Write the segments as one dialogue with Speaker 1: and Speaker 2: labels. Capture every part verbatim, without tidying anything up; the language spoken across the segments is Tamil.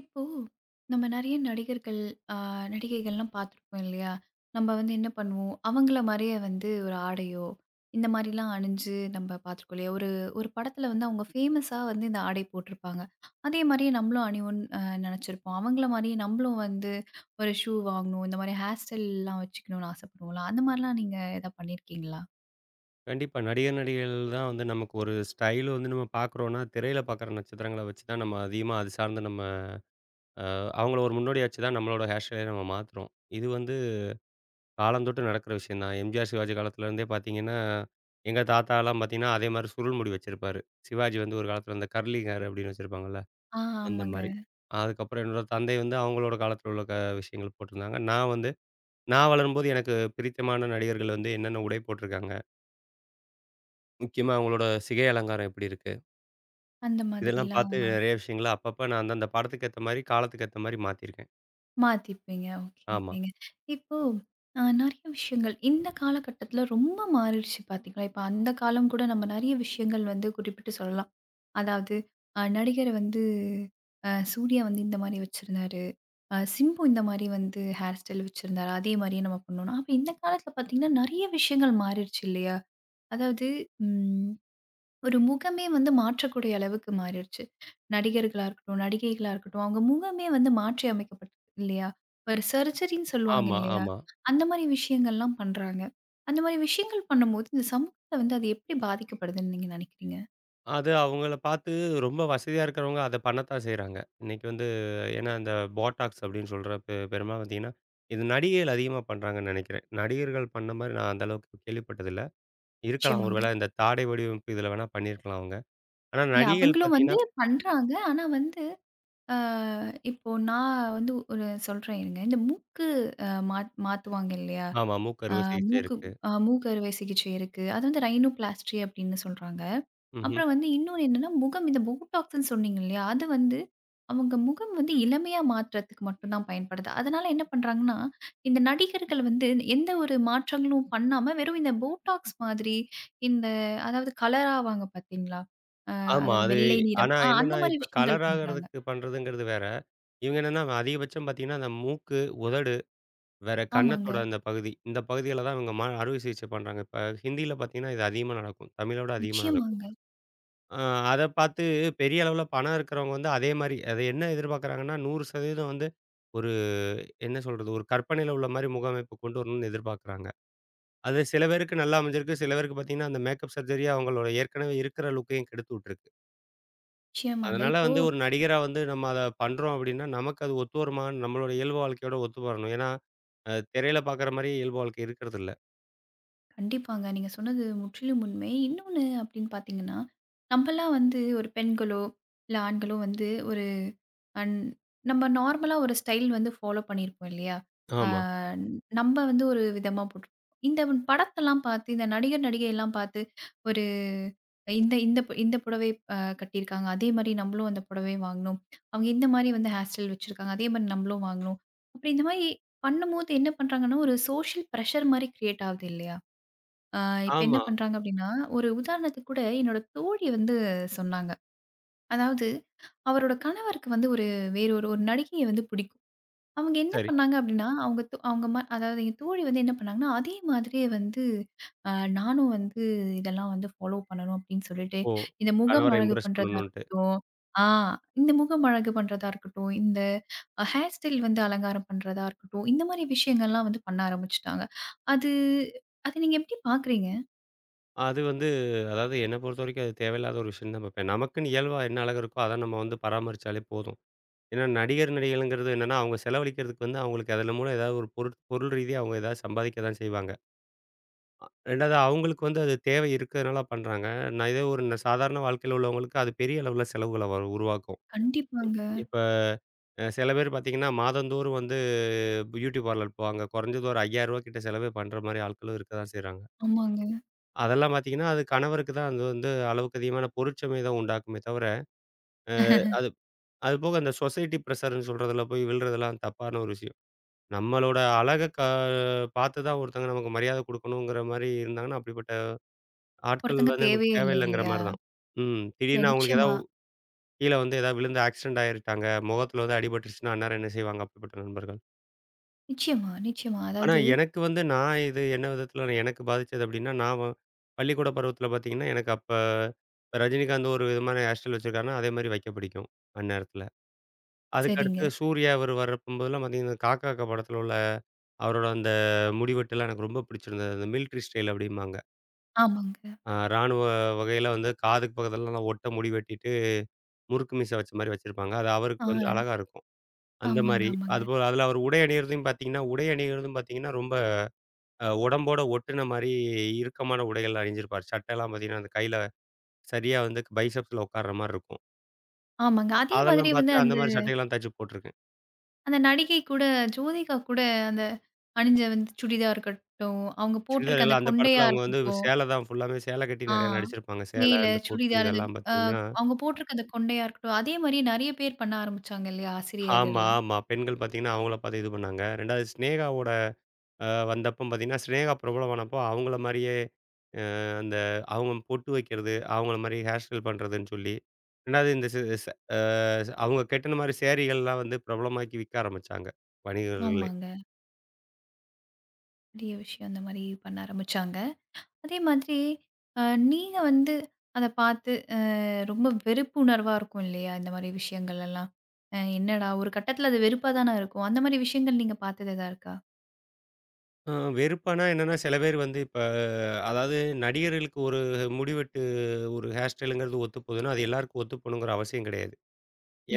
Speaker 1: இப்போ நம்ம நெறைய நடிகர்கள், அ நடிகைகள்லாம் பார்த்துருப்போம் இல்லையா? நம்ம வந்து என்ன பண்ணுவோம், அவங்கள மாரியே வந்து ஒரு ஆடையோ, இந்த மாரிலாம் அணிஞ்சு நம்ம பார்த்துருக்கோம் இல்லையா? ஒரு ஒரு படத்துல வந்து அவங்க ஃபேமஸா வந்து இந்த ஆடை போட்டிருப்பாங்க. அதே மாரியே நம்மளும் அணிவோன்னு அ நெனச்சிருப்போம். அவங்கள மாரியே நம்மளும் வந்து ஒரு ஷூ வாங்கணும், இந்த மாரி ஹேர் ஸ்டைல்லாம் வச்சுக்கணும்னு ஆசைப்படுவோம்ல, அந்த மாரிலாம் நீங்க எதா பண்ணியிருக்கீங்களா?
Speaker 2: கண்டிப்பா. நடிகர், நடிகைகள் தான் வந்து நமக்கு ஒரு ஸ்டைல் வந்து நம்ம பார்க்குறோம்னா, திரையில பார்க்குற நட்சத்திரங்கள வச்சு தான் நம்ம அதிகமா அது சார்ந்து நம்ம அ அவங்கள ஒரு முன்னோடியா வச்சு தான் நம்மளோட ஹேர் ஸ்டைலே நம்ம மாத்துறோம். இது வந்து காலந்தொட்டு நடக்கிற விஷயம் தான். எம்ஜிஆர், சிவாஜி காலத்துலேருந்தே பார்த்தீங்கன்னா, எங்க தாத்தாலாம் பார்த்தீங்கன்னா, அதே மாரி சுருள் முடி வச்சிருப்பாரு. சிவாஜி வந்து ஒரு காலத்துல இந்த கர்லி ஹேர் அப்படின்னு வச்சிருப்பாங்கல்ல,
Speaker 1: ஆ
Speaker 2: அந்த
Speaker 1: ஆமாங்க.
Speaker 2: மாரி. அதுக்கப்புறம் என்னோட தந்தை வந்து அவங்களோட காலத்துல உள்ள க விஷயங்கள் போட்டிருந்தாங்க. நான் வந்து நான் வளரும்போது எனக்கு பிரித்தமான நடிகர்கள் வந்து என்னென்ன உடை போட்டிருக்காங்க, முக்கியமா அவங்களோட சிகை அலங்காரம் எப்படி இருக்கு?
Speaker 1: அந்த
Speaker 2: இதெல்லாம்
Speaker 1: மாதிரிலாம்
Speaker 2: பார்த்து நெறைய விஷயங்கள அப்பப்ப நான் அந்தந்த படத்துக்கு ஏத்த மாரி, காலத்துக்கு ஏத்த மாரி மாத்திருக்கேன்.
Speaker 1: மாத்திப்பீங்க. ஓகே,
Speaker 2: ஆமா,
Speaker 1: ஓகேங்க. இப்போ அ நெறைய விஷயங்கள் இந்த காலகட்டத்தில ரொம்ப மாறிடுச்சு பார்த்தீங்களா? இப்ப அந்த காலம் கூட நம்ம நெறைய விஷயங்கள் வந்து குறிப்பிட்டு சொல்லலாம். அதாவது அ நடிகர் வந்து அ சூர்யா வந்து இந்த மாரி வச்சிருந்தாரு. அ சிம்பு இந்த மாரி வந்து ஹேர் ஸ்டைல் வச்சிருந்தாரு. அதே மாரியே நம்ம பண்ணணும். அப்ப இந்த காலத்தில பார்த்தீங்கன்னா, நெறைய விஷயங்கள் மாறிடுச்சு இல்லையா? அதாவது ம். ஒரு முகமே வந்து மாற்றக்கூடிய அளவுக்கு மாறிருச்சு. நடிகர்களா இருக்கட்டும், நடிகைகளா இருக்கட்டும், அவங்க முகமே வந்து மாற்றி அமைக்கப்பட்டது இல்லையா? ஒரு சர்ஜரின்னு சொல்லுவாங்க
Speaker 2: ஆமா,
Speaker 1: இல்லையா?
Speaker 2: ஆமா.
Speaker 1: அந்த மாரி விஷயங்கள்லாம் பண்றாங்க. அந்த மாரி விஷயங்கள் பண்ணும்போது, இந்த சமூகத்த வந்து அது எப்படி பாதிக்கப்படுதுன்னு நீங்க நினைக்கிறீங்க?
Speaker 2: அது அவங்கள பார்த்து ரொம்ப வசதியா இருக்கிறவங்க அத பண்ணத்தான் செய்றாங்க. இன்னைக்கு வந்து ஏன்னா இந்த பாட்டாக்ஸ் அப்படின்னு சொல்ற பெ பெருமா பார்த்தீங்கன்னா, இது நடிகைகள் அதிகமா பண்றாங்கன்னு நெனைக்கிறேன். நடிகர்கள் பண்ண மாரி நான் அந்த அளவுக்கு கேள்விப்பட்டதில்ல. இருக்கலாம் ஒரு
Speaker 1: நிச்சயமாங்க.
Speaker 2: வேளை இந்த தாடை வடிவமைப்பு இதில வேணா பண்ணியிருக்கலாம் அவங்க. ஆனா
Speaker 1: இல்ல
Speaker 2: நடிகைகள்
Speaker 1: அவங்களும் வந்து
Speaker 2: பார்த்தீங்கன்னா
Speaker 1: பண்றாங்க. ஆனா வந்து அ இப்போ நான் வந்து ஒரு சொல்றேன் இருங்க. இந்த மூக்கு அ மாத் மாத்துவாங்க இல்லையா?
Speaker 2: ஆமா,
Speaker 1: ஆ
Speaker 2: மூக்கறுவை சிகிச்சை
Speaker 1: மூக்கு
Speaker 2: இருக்கு.
Speaker 1: அ மூக்கு அறுவை சிகிச்சை இருக்கு. அது வந்து ரைனோபிளாஸ்டி அப்படின்னு சொல்றாங்க.
Speaker 2: ம்ஹ்ம்.
Speaker 1: அப்புறம் வந்து இன்னொன்னு என்னன்னா, முகம் இந்த போடாக்ஸ்ன்னு சொன்னீங்க இல்லையா? அது வந்து அவங்க முகம் வந்து இளமையா மாற்றத்துக்கு மட்டும் தான் பயன்படுது. அதனால என்ன பண்றாங்கன்னா, இந்த நடிகர்கள் வந்து எந்த ஒரு மாற்றங்களும் பண்ணாம வெறும் இந்த போடாக்ஸ் மாதிரி இந்த அதாவது கலர் ஆவாங்க பார்த்தீங்களா?
Speaker 2: ஆமா.
Speaker 1: அதாவது
Speaker 2: அது
Speaker 1: வெள்ளை நிறம்.
Speaker 2: ஆனா
Speaker 1: ஆ அந்த
Speaker 2: என்னன்னா,
Speaker 1: மாரி
Speaker 2: இப்ப கலர்
Speaker 1: விஷயங்கள் பண்றாங்க.
Speaker 2: ஆகுறதுக்கு பண்றதுங்கிறது வேற. இவங்க என்னன்னா, அதிகபட்சம் பார்த்தீங்கன்னா, அந்த மூக்கு, உதடு, வேற கன்னத்தோட
Speaker 1: ஆமாங்க.
Speaker 2: அந்த பகுதி. இந்த பகுதியில தான் இவங்க ம அறுவை சிகிச்சை பண்றாங்க. இப்ப ஹிந்தியில பார்த்தீங்கன்னா, இது அதிகமா நடக்கும். தமிழோட அதிகமா நடக்கும்.
Speaker 1: நிச்சயமாங்க,
Speaker 2: அ அத பார்த்து பெரிய அளவுல பணம் இருக்கிறவங்க வந்து அதே மாரி அத என்ன எதிர்பார்க்குறாங்கன்னா, நூறு சதவீதம் வந்து ஒரு என்ன சொல்றது? ஒரு கற்பனையில உள்ள மாரி முக அமைப்பு கொண்டு வரணும்னு எதிர்பார்க்குறாங்க. அது சில பேருக்கு நல்லா அமைஞ்சிருக்கு. சில பேருக்கு பார்த்தீங்கன்னா, அந்த மேக்கப் சர்ஜரியே அவங்களோட ஏற்கனவே இருக்கிற லுக்கையும் கெடுத்து விட்டுருக்கு.
Speaker 1: நிச்சயமாங்க.
Speaker 2: அதனால
Speaker 1: இப்போ
Speaker 2: வந்து ஒரு நடிகரா வந்து நம்ம அத பண்றோம் அப்டின்னா, நமக்கு அது ஒத்து வருமா? நம்மளோட இயல்பு வாழ்க்கையோட ஒத்து வரணும். ஏன்னா, அ திரையில பாக்குற மாரி இயல்பு வாழ்க்கை இருக்கிறதில்ல.
Speaker 1: கண்டிப்பாங்க. நீங்க சொன்னது முற்றிலும் உண்மை. இன்னொன்னு அப்படின்னு பார்த்தீங்கன்னா, நம்பலாம் வந்து ஒரு பெண்களோ, இல்ல ஆண்களோ வந்து ஒரு அன் நம்ம நார்மலா ஒரு ஸ்டைல் வந்து ஃபாலோ பண்ணியிருப்போம் இல்லையா? ஆ
Speaker 2: ஆமா,
Speaker 1: நம்ப வந்து ஒரு விதமா போட்டுருப்போம். இந்த படத்தெல்லாம் பார்த்து, இந்த நடிகர், நடிகையெல்லாம் பார்த்து ஒரு இந்த இந்த பு- இந்த புடவை அ கட்டியிருக்காங்க. அதே மாரி நம்பளும் அந்த புடவைய வாங்கணும். அவங்க இந்த மாரி வந்து ஹேர் ஸ்டைல் வச்சிருக்காங்க. அதே மாரி நம்பளும் வாங்கணும். அப்படி இந்த மாரி பண்ணும்போது என்ன பண்றாங்கன்னா, ஒரு சோஷியல் பிரஷர் மாரி கிரியேட் ஆகுது இல்லையா? ஆ இப்ப என்ன
Speaker 2: ஆமா.
Speaker 1: பண்றாங்க அப்டின்னா, ஒரு உதாரணத்துக்கு கூட என்னோட தோழி வந்து சொன்னாங்க. அதாவது அவரோட கணவருக்கு வந்து ஒரு வேறு ஒரு ஒரு நடிகைய வந்து பிடிக்கும். அவங்க என்ன
Speaker 2: சரி.
Speaker 1: பண்ணாங்க அப்டின்னா, அவங்க தோ அவங்க ம அதாவது என் தோழி வந்து என்ன பண்ணாங்கன்னா, அதே மாதிரியே வந்து அ நானும் வந்து இதெல்லாம் வந்து ஃபாலோ பண்ணணும் அப்டின்னு சொல்லிட்டு,
Speaker 2: ஓ!
Speaker 1: இந்த முகம்
Speaker 2: கணவர
Speaker 1: அழகு
Speaker 2: இம்ப்ரெஸ்
Speaker 1: பண்றதா
Speaker 2: பண்ணணுன்ட்டு.
Speaker 1: இருக்கட்டும் ஆ இந்த முகம் அழகு பண்றதா இருக்கட்டும், இந்த ஹேர் ஸ்டைல் வந்து அலங்காரம் பண்றதா இருக்கட்டும், இந்த மாரி விஷயங்கள்லாம் வந்து பண்ண ஆரம்பிச்சுட்டாங்க. அது அது நீங்க எப்டி பார்க்குறீங்க?
Speaker 2: அது வந்து அதாவது என்ன பொறுத்தவரைக்கும் அது தேவையில்லாத ஒரு விஷயம் தான் பாப்பேன். நமக்குன்னு இயல்பா என்ன அழகு இருக்கோ, அத நம்ம வந்து பராமரிச்சாலே போதும். ஏன்னா, நடிகர், நடிகைகள்ங்கிறது என்னன்னா, அவங்க செலவழிக்கிறதுக்கு வந்து அவங்களுக்கு அதுல மூலம் ஏதாவது ஒரு பொருட் பொருள் ரீதியா அவங்க ஏதாவது சம்பாதிக்க தான் செய்வாங்க. 2வது அவங்களுக்கு வந்து அது தேவை இருக்கிறதுனால பண்றாங்க. நான் இதே ஒரு ந சாதாரண வாழ்க்கையில உள்ளவங்களுக்கு அது பெரிய அளவுல செலவுகள வ உருவாக்கும்.
Speaker 1: கண்டிப்பாங்க.
Speaker 2: இப்ப அ சில பேர் பார்த்தீங்கன்னா, மாதந்தோறும் வந்து பியூட்டி பார்லர் போவாங்க. குறைஞ்சது ஒரு ரூ. ஐயாயிரம் கிட்ட செலவே பண்ற மாரி ஆட்களும் இருக்க தான் செய்றாங்க.
Speaker 1: ஆமாங்க.
Speaker 2: அதெல்லாம் பார்த்தீங்கன்னா, அது கணவருக்கு தான் அது வந்து அளவுக்கு அதிகமான பொருட்சுமைய தான் உண்டாக்குமே தவிர, அ அது அதுபோக அந்த சொசைட்டி ப்ரெஷர்ன்னு சொல்றதுல போய் விழுறதெல்லாம் தப்பான ஒரு விஷயம். நம்மளோட அழக க பார்த்து தான் ஒருத்தங்க நமக்கு மரியாதை குடுக்கணுங்கிற மாரி இருந்தாங்கன்னா, அப்படிப்பட்ட ஆட்கள்
Speaker 1: ஒருத்தங்க
Speaker 2: வந்து நமக்கு
Speaker 1: தேவையே இல்ல
Speaker 2: தேவையில்லைங்கிற
Speaker 1: இல்லையா?
Speaker 2: மாரி தான். ம்.
Speaker 1: இல்ல
Speaker 2: திடீர்னு அவங்களுக்கு
Speaker 1: நிச்சயமா,
Speaker 2: ஏதாவது கீழ வந்து ஏதாவது விழுந்து ஆக்சிடென்ட் ஆயிருட்டாங்க. முகத்துல வந்து அடிபட்டுருச்சுன்னா, அந்நேரம் என்ன செய்வாங்க அப்படிப்பட்ட நண்பர்கள்?
Speaker 1: நிச்சயமா, நிச்சயமா.
Speaker 2: ஆனா
Speaker 1: அதாவது
Speaker 2: எனக்கு வந்து நான் இது என்ன விதத்துல எனக்கு பாதிச்சது அப்படின்னா, நான் வ பள்ளிக்கூட பருவத்துல பார்த்தீங்கன்னா, எனக்கு அப்ப ரஜினிகாந்த் ஒரு விதமான ஹேர் ஸ்டைல் வச்சிருக்காருன்னா, அதே மாரி வைக்க பிடிக்கும் அந்நேரத்துல. அதுக்கடுத்து
Speaker 1: சரிங்க.
Speaker 2: சூர்யா இவரு வரப்போம்போதெல்லாம் பார்த்தீங்கன்னா, காக்கா காக்கா படத்துல உள்ள அவரோட அந்த முடிவெட்டுலாம் எனக்கு ரொம்ப பிடிச்சிருந்தது. அந்த மிலிட்ரி ஸ்டைல் அப்படிம்பாங்க.
Speaker 1: ஆமாங்க.
Speaker 2: அ ராணுவ வகையில வந்து காதுக்கு பக்கத்துலலாம் ஒட்ட முடி வெட்டிட்டு முறுக்கு மீசை வச்ச மாரி வச்சிருப்பாங்க. அது அவருக்கு
Speaker 1: ஆ,
Speaker 2: வந்து அழகா இருக்கும். அந்த
Speaker 1: ஆமாங்க,
Speaker 2: மாரி.
Speaker 1: ஆமாங்க,
Speaker 2: அதுபோல அதில அவர் உடை அணியிறதையும் பார்த்தீங்கன்னா, உடை அணியிறதும் பார்த்தீங்கன்னா, ரொம்ப அ உடம்போட ஒட்டுன மாரி இறுக்கமான உடைகள் அணிஞ்சிருப்பார். சட்டைலாம் பார்த்தீங்கன்னா, அந்த கையில சரியா வந்து பைசெப்ஸ்ல உட்கார்ற மாரி இருக்கும்.
Speaker 1: ஆமாங்க. அதே மாதிரி
Speaker 2: அதெல்லாம்
Speaker 1: வந்து
Speaker 2: பார்த்து அந்த
Speaker 1: அந்த
Speaker 2: மாரி சட்டைகள்லாம் தச்சு போட்டுருக்கேன்.
Speaker 1: அந்த நடிகை கூட ஜோதிகா கூட அந்த அணிஞ்ச வந்து சுடிதா இருக்கட்டும், அவங்க
Speaker 2: சுடிதார்
Speaker 1: போட்டிருக்க அந்த
Speaker 2: எல்லாம் அந்த படத்தில
Speaker 1: கொண்டையா
Speaker 2: அவங்க வந்து
Speaker 1: இருக்கட்டும்.
Speaker 2: சேலை தான் ஃபுல்லாமே சேலை கட்டி
Speaker 1: ஆ.
Speaker 2: நெறையா நடிச்சிருப்பாங்க. சேலை,
Speaker 1: சேல,
Speaker 2: இந்த பொட்டு
Speaker 1: சுடிதார் அது
Speaker 2: இதெல்லாம்
Speaker 1: அ
Speaker 2: பார்த்தீங்கன்னா
Speaker 1: அவங்க போட்டிருக்க அந்த கொண்டையா இருக்கட்டும். அதே மாரி நெறைய பேர் பண்ண ஆரம்பிச்சாங்க இல்லையா?
Speaker 2: ஆமா,
Speaker 1: ஆசிரியர்கள்லாம்.
Speaker 2: ஆமா. பெண்கள் பார்த்தீங்கன்னா, அவங்கள பார்த்து இது பண்ணாங்க. 2வது சினேகாவோட அ வந்தப்போ பார்த்தீங்கன்னா, சினேகா பிரபலமானப்போ அவங்கள மாரியே அ அந்த அவங்க பொட்டு வைக்கிறது, அவங்கள மாரி ஹேர் ஸ்டைல் பண்ணுறதுன்னு சொல்லி, 2வது இந்த ச ச அ அவங்க கெட்டுன மாரி சேரீகள்லாம் வந்து பிரபலமாக்கி விற்க ஆரம்பிச்சாங்க, வணிகர்களே.
Speaker 1: ஆமாங்க. நெறைய விஷயம் அந்த மாரி பண்ண ஆரம்பிச்சாங்க. அதே மாதிரி அ நீங்க வந்து அத பார்த்து அ ரொம்ப வெறுப்பு உணர்வா இருக்கும் இல்லையா? இந்த மாரி விஷயங்கள் எல்லாம். அ என்னடா! ஒரு கட்டத்தில அது வெறுப்பா தான இருக்கும். அந்த மாரி விஷயங்கள் நீங்க பார்த்தது எதா இருக்கா?
Speaker 2: அ வெறுப்பானா என்னன்னா, சில பேர் வந்து இப்ப அதாவது நடிகர்களுக்கு ஒரு முடிவெட்டு ஒரு ஹேர் ஸ்டைலுங்கிறது ஒத்து போகுதுன்னா, அது எல்லாருக்கும் ஒத்து போகணுங்கிற அவசியம் கிடையாது.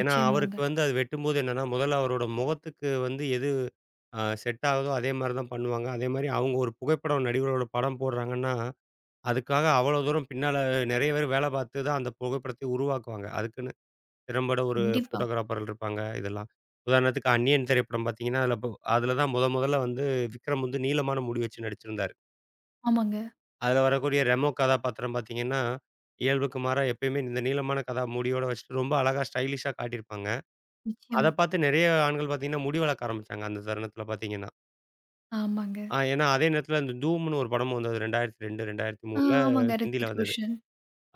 Speaker 2: ஏன்னா, அவருக்கு வந்து அது வெட்டும்போது என்னன்னா, முதல்ல அவரோட முகத்துக்கு வந்து எது அ செட் ஆகுதோ அதே மாரி தான் பண்ணுவாங்க. அதேமாரி அவங்க ஒரு புகைப்படம் நடிகரோட படம் போடுறாங்கன்னா, அதுக்காக அவ்வளோ தூரம் பின்னால நெறைய பேர் வேலை பார்த்து தான் அந்த புகைப்படத்தை உருவாக்குவாங்க. அதுக்குன்னு திறம்பட ஒரு
Speaker 1: கண்டிப்பா.
Speaker 2: ஃபோட்டோகிராஃபர்கள் இருப்பாங்க, இதெல்லாம். உதாரணத்துக்கு அந்நியன் திரைப்படம் பார்த்தீங்கன்னா, அதில இப்போ அதில தான் முதல் முதல்ல வந்து விக்ரம் வந்து நீளமான முடி வச்சு நடிச்சிருந்தாரு.
Speaker 1: ஆமாங்க.
Speaker 2: அதில வரக்கூடிய ரெமோ கதாபாத்திரம் பார்த்தீங்கன்னா, இயல்புக்கு மாறா எப்பயுமே இந்த நீளமான கதா முடியோட வச்சுட்டு ரொம்ப அழகா ஸ்டைலிஷா காட்டியிருப்பாங்க. அத
Speaker 1: நிச்சயமா.
Speaker 2: பார்த்து நெறைய ஆண்கள் பார்த்தீங்கன்னா, முடி வளர்க்க ஆரம்பிச்சாங்க, அந்த தருணத்தில பார்த்தீங்கன்னா.
Speaker 1: ஆமாங்க.
Speaker 2: அ ஏன்னா அதே நேரத்தில இந்த "தூம்ன்னு" ஒரு படமும் வந்தது இரண்டாயிரத்து இரண்டு,
Speaker 1: ஆ
Speaker 2: இரண்டாயிரத்து மூன்றுல
Speaker 1: ஆமாங்க.
Speaker 2: ஹிந்தியில
Speaker 1: ரித்திக்
Speaker 2: வந்தது.
Speaker 1: ரோஷன்.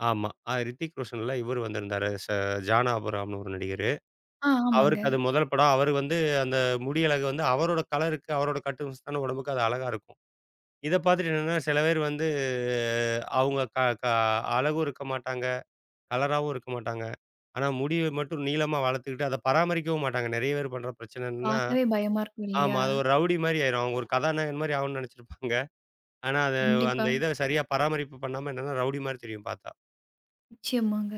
Speaker 2: ஆமா. அது ரித்திக் ரோஷன்ல இவரு வந்திருந்தாரு. ச ஜான் ஆபிரகாம்னு ஒரு நடிகரு.
Speaker 1: ஆ ஆமாங்க.
Speaker 2: அவருக்கு அது முதல் படம். அவரு வந்து அந்த முடி அழகு வந்து அவரோட கலருக்கு, அவரோட கட்டு மஸ்தான உடம்புக்கு அது அழகா இருக்கும். இத பார்த்துட்டு என்னன்னா, சில பேர் வந்து அஹ், அவங்க க க அழகும் இருக்க மாட்டாங்க, கலராவும் இருக்க மாட்டாங்க. ஆனா முடிய மட்டும் நீளமா வளர்த்துக்கிட்டு, அத பராமரிக்கவும் மாட்டாங்க. நெறைய பேர் பண்ற பிரச்சனை என்னன்னா
Speaker 1: பார்க்கவே பயமா இருக்கும்
Speaker 2: ஆமா.
Speaker 1: இல்லையா?
Speaker 2: அது ஒரு ரவுடி மாரி ஆயிரும். அவங்க ஒரு கதாநாயகன் மாரி ஆகணும்னு நெனச்சிருப்பாங்க. ஆனா அத அந்த
Speaker 1: கண்டிப்பா.
Speaker 2: இத சரியா பராமரிப்பு பண்ணாம என்னன்னா, ரவுடி மாரி தெரியும் பார்த்தா.
Speaker 1: நிச்சயமாங்க.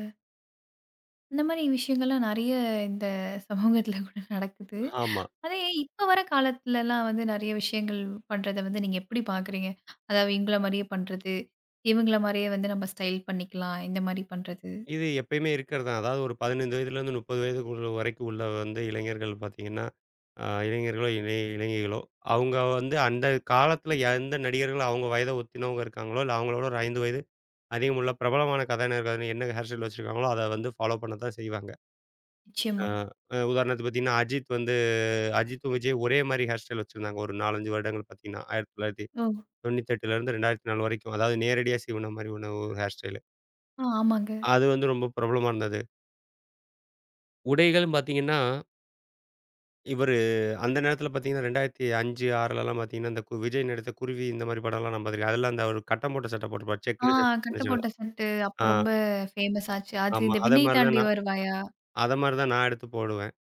Speaker 1: இந்த மாரி விஷயங்கள்லாம் நெறைய இந்த சமூகத்துல கூட நடக்குது.
Speaker 2: ஆமா.
Speaker 1: அதே இப்ப வர காலத்துலலாம் வந்து நெறைய விஷயங்கள் பண்றத வந்து நீங்க எப்படி பார்க்குறீங்க? அதாவது இவங்கள மாரியே பண்றது, இவங்கள மாரியே வந்து நம்ம ஸ்டைல் பண்ணிக்கலாம். இந்த மாரி பண்றது.
Speaker 2: இது எப்பயுமே இருக்கிறது தான். அதாவது ஒரு பதினைந்து வயதுலேருந்து முப்பது வயதுக்குள்ள வரைக்கும் உள்ள வந்து இளைஞர்கள் பார்த்தீங்கன்னா, அ இளைஞர்களோ, இளை இளைஞிகளோ, அவங்க வந்து அந்த காலத்தில எந்த நடிகர்கள் அவங்க வயத ஒத்தினவங்க இருக்காங்களோ, இல்ல அவங்களோட ஒரு ஐந்து வயது அதிகமுள்ள பிரபலமான கதாநாயகர்கள் என்ன ஹேர் ஸ்டைல் வச்சிருக்காங்களோ, அத வந்து ஃபாலோ பண்ண தான் செய்வாங்க. அ
Speaker 1: நிச்சயமா.
Speaker 2: உதாரணத்துக்கு பார்த்தீங்கன்னா, அஜித் வந்து அஜித்தும் விஜய் ஒரே மாரி ஹேர் ஸ்டைல் வச்சிருந்தாங்க. ஒரு நான்கு, ஐந்து வருடங்கள் பார்த்தீங்கன்னா,
Speaker 1: ஓ!
Speaker 2: ஆயிரத்து தொள்ளாயிரத்து தொண்ணூற்றி எட்டிலேருந்து இரண்டாயிரத்து நான்கு வரைக்கும். அதாவது நேரடியா சீவுன மாரி ஒண்ணு ஒரு ஹேர் ஸ்டைலு.
Speaker 1: ஆ ஆமாங்க.
Speaker 2: அது வந்து ரொம்ப பிரபலமா இருந்தது. உடைகள்னு பார்த்தீங்கன்னா, இவரு அந்த நேரத்தில பார்த்தீங்கன்னா இரண்டாயிரத்து ஐந்து, ஆறிலலாம் பார்த்தீங்கன்னா, இந்த கு விஜய் நடித்த குருவி இந்த மாரி படம்லாம் நான் பார்த்துருக்கேன். அதெல்லாம் அந்த ஒரு கட்டம் போட்ட சட்டை போட்டிருப்பாரு.
Speaker 1: ஆ
Speaker 2: செக்குடு சட்டை
Speaker 1: கட்ட
Speaker 2: சின்ன, சின்னதா.
Speaker 1: போட்ட சட்டு
Speaker 2: ஆ
Speaker 1: அப்ப ரொம்ப ஃபேமஸ் ஆச்சு. அது
Speaker 2: ஆமா.
Speaker 1: இந்த
Speaker 2: அதே
Speaker 1: விண்ணை
Speaker 2: மாரி தான்
Speaker 1: தாண்டி
Speaker 2: நான்
Speaker 1: வருவாயா?
Speaker 2: அதே மாரி தான் நான் எடுத்து போடுவேன்.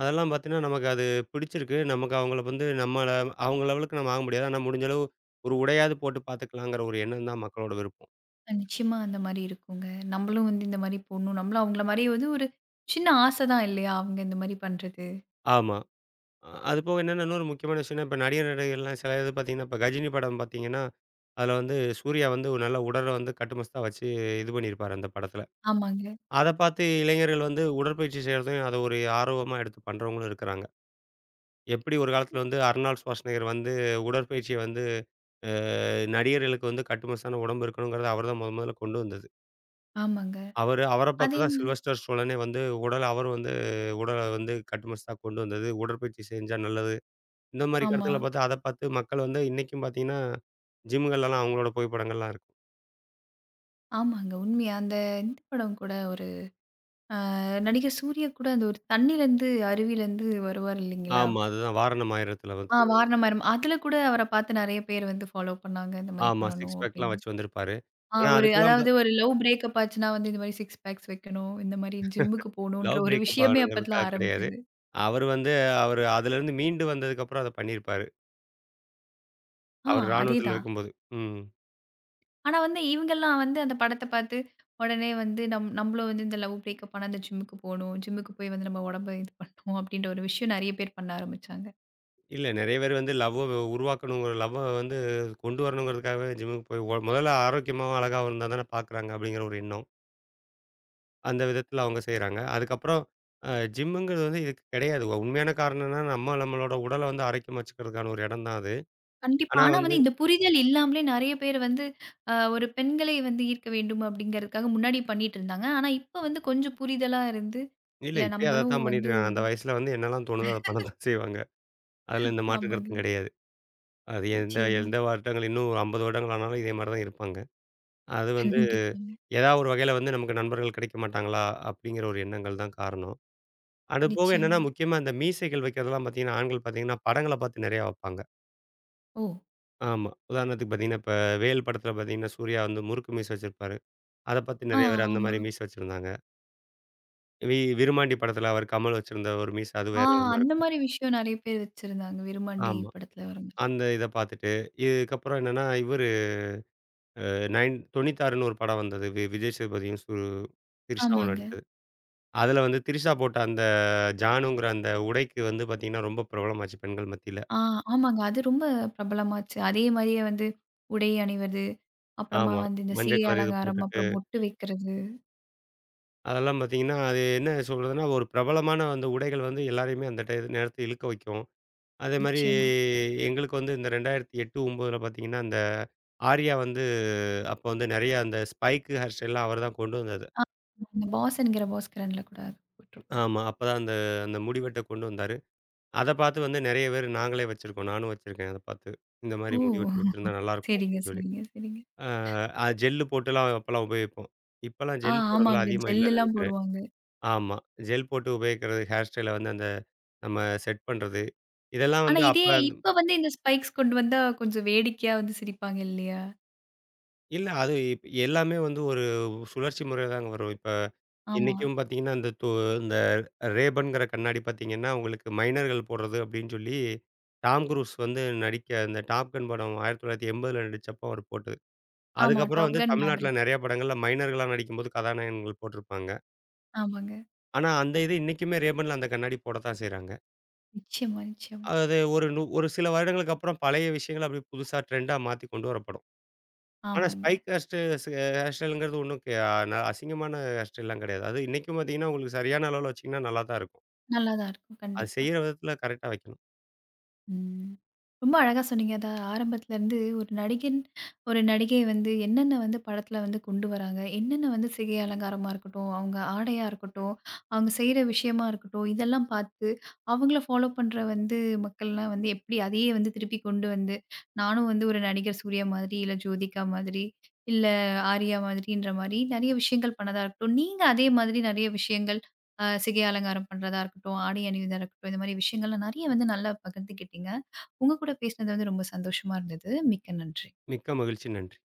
Speaker 2: அதெல்லாம் பார்த்தீங்கன்னா, நமக்கு அது பிடிச்சிருக்கு. நமக்கு அவங்கள வந்து நம்மள அவங்க லெவலுக்கு நம்ம ஆக முடியாது. ஆனா முடிஞ்ச அளவு ஒரு உடையாவது போட்டு பார்த்துக்கலாங்கிற ஒரு எண்ணம் தான் மக்களோட விருப்பம்.
Speaker 1: அ நிச்சயமா அந்த மாரி இருக்குங்க. நம்மளும் வந்து இந்த மாரி போடணும். நம்மளும் அவங்கள மாரி வந்து ஒரு சின்ன ஆசை தான் இல்லையா? அவங்க இந்த மாரி பண்றது.
Speaker 2: ஆமா. அது போக என்னன்னா, இன்னொரு முக்கியமான விஷயம்னா, இப்ப நடிகர், நடிகைகள்லாம் சில இது பார்த்தீங்கன்னா, இப்ப கஜினி படம் பார்த்தீங்கன்னா, அதில வந்து சூர்யா வந்து ஒரு நல்ல உடல வந்து கட்டுமஸ்தா வச்சு இது பண்ணியிருப்பாரு அந்த படத்தில.
Speaker 1: ஆமாங்க,
Speaker 2: அத பார்த்து இளைஞர்கள் வந்து உடற்பயிற்சி செய்றதையும் அத ஒரு ஆர்வமா எடுத்து பண்றவங்களும் இருக்கிறாங்க. எப்படி ஒரு காலத்துல வந்து அர்னால்ட் ஷ்வார்ஸ்நெகர் வந்து உடற்பயிற்சிய வந்து அ நடிகர்களுக்கு வந்து கட்டுமஸ்தான உடம்பு இருக்கணுங்கிறத அவர் தான் முதன் முதல்ல கொண்டு வந்தது.
Speaker 1: ஆமாங்க.
Speaker 2: அவரு அவர
Speaker 1: அதே
Speaker 2: பார்த்து தான்
Speaker 1: மா
Speaker 2: சில்வெஸ்டர் ஸ்டோலனே வந்து உடல் அவரும் வந்து உடல வந்து கட்டுமஸ்தா கொண்டு வந்தது. உடற்பயிற்சி செஞ்சா நல்லது. இந்த மாரி
Speaker 1: ஆமா.
Speaker 2: கருத்துக்கள பார்த்து அத பார்த்து மக்கள் வந்து இன்னைக்கும் பார்த்தீங்கன்னா, ஜிம்கள்லலாம் அவங்களோட புகைப்படங்கள்லாம் இருக்கும்.
Speaker 1: ஆமாங்க. உண்மையா. அந்த இந்த படம் கூட ஒரு அஹ், நடிகர் சூர்யா கூட அந்த ஒரு தண்ணீலருந்து அருவிலருந்து வருவார் இல்லைங்களா?
Speaker 2: ஆமா. அதுதான் "வாரணம் ஆயிரத்தில" வந்து
Speaker 1: ஆ வாரணமாயிரம். அதுல கூட அவர பார்த்து நெறைய பேர் வந்து ஃபாலோ பண்ணாங்க. இந்த மாரி
Speaker 2: ஆமா. சிக்ஸ்
Speaker 1: பண்ணணும்
Speaker 2: பேக்லாம்
Speaker 1: அப்படின்னு.
Speaker 2: வச்சு வந்திருப்பாரு.
Speaker 1: ஆ
Speaker 2: ஆனா
Speaker 1: ஒரு
Speaker 2: அதுக்கெல்லாம் பா
Speaker 1: அதாவது ஒரு லவ் பிரேக்கப் ஆச்சுன்னா வந்து இந்த மாரி சிக்ஸ் பேக்ஸ் வைக்கணும். இந்த மாரி ஜிம்முக்கு போணுன்ற
Speaker 2: லவ்
Speaker 1: ஒரு
Speaker 2: பிரேக்கப்
Speaker 1: விஷயமே அப்பலாம்
Speaker 2: ஆகணுங்கிறதுக்காக கிடையாது.
Speaker 1: ஆரம்பிச்சது.
Speaker 2: அவரு வந்து அவரு அதுலேருந்து மீண்டு வந்ததுக்கப்புறம் அத பண்ணியிருப்பாரு.
Speaker 1: ஆ
Speaker 2: அவரு ராணுவத்தில
Speaker 1: அதேதான்.
Speaker 2: இருக்கும்போது. ம்.
Speaker 1: ஆனா வந்து இவங்கலாம் வந்து அந்த படத்த பார்த்து உடனே வந்து நம் நம்மளும் வந்து இந்த லவ் பிரேக்கப் ஆனா அந்த ஜிம்முக்கு போணும். ஜிம்முக்கு போய் வந்து நம்ம உடம்ப இது பண்ணணும் அப்படின்ற ஒரு விஷயம் நெறைய பேர் பண்ண ஆரம்பிச்சாங்க.
Speaker 2: இல்ல நெறைய பேர் வந்து லவ்வ உருவாக்கணுங்கிற லவ்வ வந்து கொண்டு வரணுங்கிறதுக்காகவே ஜிம்முக்கு போய் ஒ முதல்ல ஆரோக்கியமாவும், அழகாவும் இருந்தா தானே பார்க்குறாங்க அப்படிங்கிற ஒரு எண்ணம். அந்த விதத்தில அவங்க செய்றாங்க. அதுக்கப்புறம் அ ஜிம்முங்கிறது வந்து இதுக்கு கிடையாது. உண்மையான காரணம் என்னன்னா, நம்ம நம்மளோட உடல வந்து ஆரோக்கியமா வச்சுக்கிறதுக்கான ஒரு இடம் தான் அது.
Speaker 1: கண்டிப்பா.
Speaker 2: ஆனா
Speaker 1: ஆனா
Speaker 2: வந்து
Speaker 1: வந்து இந்த புரிதல் இல்லாமலே நெறைய பேர் வந்து, அ ஒரு பெண்களை வந்து ஈர்க்க வேண்டும் அப்படிங்கிறதுக்காக முன்னாடி பண்ணிட்டுருந்தாங்க. ஆனா இப்ப வந்து கொஞ்சம் புரிதலா இருந்து,
Speaker 2: இல்ல
Speaker 1: இல்ல
Speaker 2: இப்பயே
Speaker 1: நம்பளும்
Speaker 2: அதத்தான் பண்ணிட்டு
Speaker 1: வந்து
Speaker 2: இருக்காங்க. அந்த வயசுல வந்து என்னலாம் தோணுதோ அத பண்ண தான் செய்வாங்க. அதுல எந்த மாற்று
Speaker 1: ஆமாங்க.
Speaker 2: கருத்தும் கிடையாது. அது எந்த
Speaker 1: நிச்சயமா.
Speaker 2: எந்த வருடங்கள் இன்னும் ஐம்பது வருடங்கள் ஆனாலும் இதே மாரி தான் இருப்பாங்க. அது வந்து
Speaker 1: கண்டிப்பாங்க.
Speaker 2: ஏதா ஒரு வகையில வந்து நமக்கு நண்பர்கள் கிடைக்க மாட்டாங்களா? அப்படிங்கிற ஒரு எண்ணங்கள் தான் காரணம். அது போக என்னன்னா,
Speaker 1: நிச்சயமா.
Speaker 2: முக்கியமா இந்த மீசைகள் வைக்கிறதெல்லாம் பார்த்தீங்கன்னா, ஆண்கள் பார்த்தீங்கன்னா, படங்கள பார்த்து நெறையா வைப்பாங்க.
Speaker 1: ஓ!
Speaker 2: ஆமா. உதாரணத்துக்கு பார்த்தீங்கன்னா, இப்ப வேல் படத்துல பார்த்தீங்கன்னா, சூர்யா வந்து முறுக்கு மீசை வச்சிருப்பாரு. அத பத்தி
Speaker 1: ஆ
Speaker 2: நெறைய பேர் அந்த
Speaker 1: ஆமா.
Speaker 2: மாரி மீசை வச்சிருந்தாங்க. வி விருமாண்டி படத்துல அவர் கமல் வச்சிருந்த ஒரு மீசை, அது
Speaker 1: ஆ
Speaker 2: வேற விதமா
Speaker 1: அந்த
Speaker 2: இருக்கும்.
Speaker 1: மாரி விஷயம் நெறைய பேர் வச்சிருந்தாங்க. விருமாண்டி
Speaker 2: ஆமா.
Speaker 1: படத்துல வர மாரி.
Speaker 2: அந்த இத பார்த்துட்டு, இதுக்கப்புறம் என்னன்னா, இவரு நைன் 96ன்னு ஒரு படம் வந்தது. வி விஜய் சேதுபதியும் சு திரிஷாவும்
Speaker 1: ஆமாங்க.
Speaker 2: நடிச்சது. அதில வந்து திரிஷா போட்ட அந்த ஜானுங்கிற அந்த உடைக்கு வந்து பார்த்தீங்கன்னா, ரொம்ப பிரபலமாச்சு பெண்கள் மத்தியில.
Speaker 1: ஆ ஆமாங்க. அது ரொம்ப பிரபலமாச்சு. அதே மாரியே வந்து உடை அணிவது, அப்புறமா
Speaker 2: ஆமா.
Speaker 1: வந்து இந்த
Speaker 2: மஞ்ச
Speaker 1: சிகை
Speaker 2: கலர் இது
Speaker 1: அலங்காரம்,
Speaker 2: போட்டுட்டு,
Speaker 1: அப்புறம் பொட்டு வைக்கிறது.
Speaker 2: அதெல்லாம் பார்த்தீங்கன்னா, அது என்ன சொல்றதுன்னா, ஒரு பிரபலமான அந்த உடைகள் வந்து எல்லாரையுமே அந்த டை நேரத்த இழுக்க வைக்கும். அதேமாரி
Speaker 1: நிச்சயமா.
Speaker 2: எங்களுக்கு வந்து இந்த இரண்டாயிரத்து எட்டு, ஒன்பதுல பார்த்தீங்கன்னா, அந்த ஆர்யா வந்து அப்ப வந்து நெறைய அந்த ஸ்பைக்கு ஹேர் ஸ்டைல்லாம் அவர் தான் கொண்டு வந்தது.
Speaker 1: ஆ. அந்த பாஸ் என்கிற பாஸ்கரன்ல கூட அது போட்டுருப்பாரு.
Speaker 2: ஆமா. அப்ப தான் அந்த அந்த முடி வெட்ட கொண்டு வந்தாரு. அத பார்த்து வந்து நெறைய பேர் நாங்களே வச்சிருக்கோம். நானும் வச்சிருக்கேன் அத பார்த்து. இந்த மாரி
Speaker 1: ஓ!
Speaker 2: முடி வெட்டு வச்சிருந்தா நல்லாயிருக்கும்
Speaker 1: சரிங்க,
Speaker 2: அப்படின்னு சொல்லி.
Speaker 1: சரிங்க, சரிங்க.
Speaker 2: ஆ அது ஜெல்லு போட்டுலாம் அப்பலாம் உபயோகிப்போம். இப்பலாம்
Speaker 1: ஆ
Speaker 2: ஜெல் போடுறதெல்லாம்
Speaker 1: ஆமாங்க.
Speaker 2: அதிகமா இல்லன்னு
Speaker 1: ஜெல்லுலாம்
Speaker 2: நினைக்கிறேன்.
Speaker 1: போடுவாங்க.
Speaker 2: ஆமா. ஜெல் போட்டு உபயோகிக்கிறது ஹேர் ஸ்டைல வந்து அந்த நம்ம செட் பண்றது. இதெல்லாம்
Speaker 1: ஆனா
Speaker 2: வந்து
Speaker 1: இதே
Speaker 2: அப்ப
Speaker 1: இப்ப வந்து இந்த ஸ்பைக்ஸ் கொண்டு வந்தா கொஞ்சம் வேடிக்கையா வந்து சிரிப்பாங்க இல்லையா?
Speaker 2: இல்ல அது இப் எல்லாமே வந்து ஒரு சுழற்சி முறையில தாங்க வரும். இப்ப
Speaker 1: ஆமா.
Speaker 2: இன்னைக்கும் பார்த்தீங்கன்னா, அந்த து இந்த ரேபன்ங்கிற கண்ணாடி பார்த்தீங்கன்னா, உங்களுக்கு மைனர்கள் போடுறது அப்டின்னு சொல்லி டாம் குரூஸ் வந்து நடிக்க அந்த டாப் கன் படம் ஆயிரத்து தொள்ளாயிரத்து எண்பதுல நடிச்சப்போ அவர் போட்டது.
Speaker 1: ஆமா.
Speaker 2: அதுக்கப்புறம்
Speaker 1: டாப்
Speaker 2: வந்து
Speaker 1: கன்
Speaker 2: தமிழ்நாட்ல
Speaker 1: மேவரிக்.
Speaker 2: நெறைய படங்கள்ல மைனர்களா நடிக்கும்போது கதாநாயகன்கள் போட்டிருப்பாங்க.
Speaker 1: ஆமாங்க.
Speaker 2: ஆனா, அந்த இது இன்னைக்குமே ரேபன்ல அந்த கண்ணாடி போட தான் செய்றாங்க.
Speaker 1: நிச்சயமா, நிச்சயமா.
Speaker 2: அது ஒரு நு ஒரு சில வருடங்களுக்கு அப்புறம் பழைய விஷயங்கள அப்படியே புதுசா ட்ரெண்டா மாத்தி கொண்டு வரப்படும். ஆனா,
Speaker 1: ஆமாங்க.
Speaker 2: ஸ்பைக் ஹேர் ஸ்ட ஹேர் ஸ்டைல்ங்கிறது ஒண்ணும் கெ ந அசிங்கமான ஹேர் ஸ்டைல்லாம் கிடையாது. அது இன்னைக்கும் பார்த்தீங்கன்னா, உங்களுக்கு சரியான அளவுல வச்சீங்கன்னா நல்லா தான் இருக்கும்.
Speaker 1: நல்லா தான் இருக்கும்.
Speaker 2: அது
Speaker 1: கண்டிப்பா.
Speaker 2: செய்யற விதத்தில கரெக்ட்டா வைக்கணும்.
Speaker 1: ம். ரொம்ப அழகா சொன்னீங்க. அதான் ஆரம்பத்துலருந்து ஒரு நடிகன், ஒரு நடிகை வந்து என்னென்ன வந்து படத்துல வந்து கொண்டு வராங்க. என்னென்ன வந்து சிகை அலங்காரமா இருக்கட்டும், அவங்க ஆடையா இருக்கட்டும், அவங்க செய்ற விஷயமா இருக்கட்டும், இதெல்லாம் பார்த்து அவங்கள ஃபாலோ பண்ற வந்து மக்கள்லாம் வந்து எப்படி அதையே வந்து திருப்பி கொண்டு வந்து, நானும் வந்து ஒரு நடிகர் சூர்யா மாதிரி, இல்ல ஜோதிகா மாதிரி, இல்ல ஆர்யா மாதிரின்ற மாரி நெறைய விஷயங்கள் பண்ணதா இருக்கட்டும். நீங்க அதே மாதிரி நெறைய விஷயங்கள் அ சிகை அலங்காரம் பண்றதா இருக்கட்டும், ஆடை அணிவதா இருக்கட்டும், இந்த மாரி விஷயங்கள்லாம் நெறைய வந்து நல்லா பகிர்ந்துக்கிட்டீங்க. உங்க கூட பேசினது வந்து ரொம்ப சந்தோஷமா இருந்தது. மிக்க நன்றி.
Speaker 2: மிக்க மகிழ்ச்சி. நன்றி.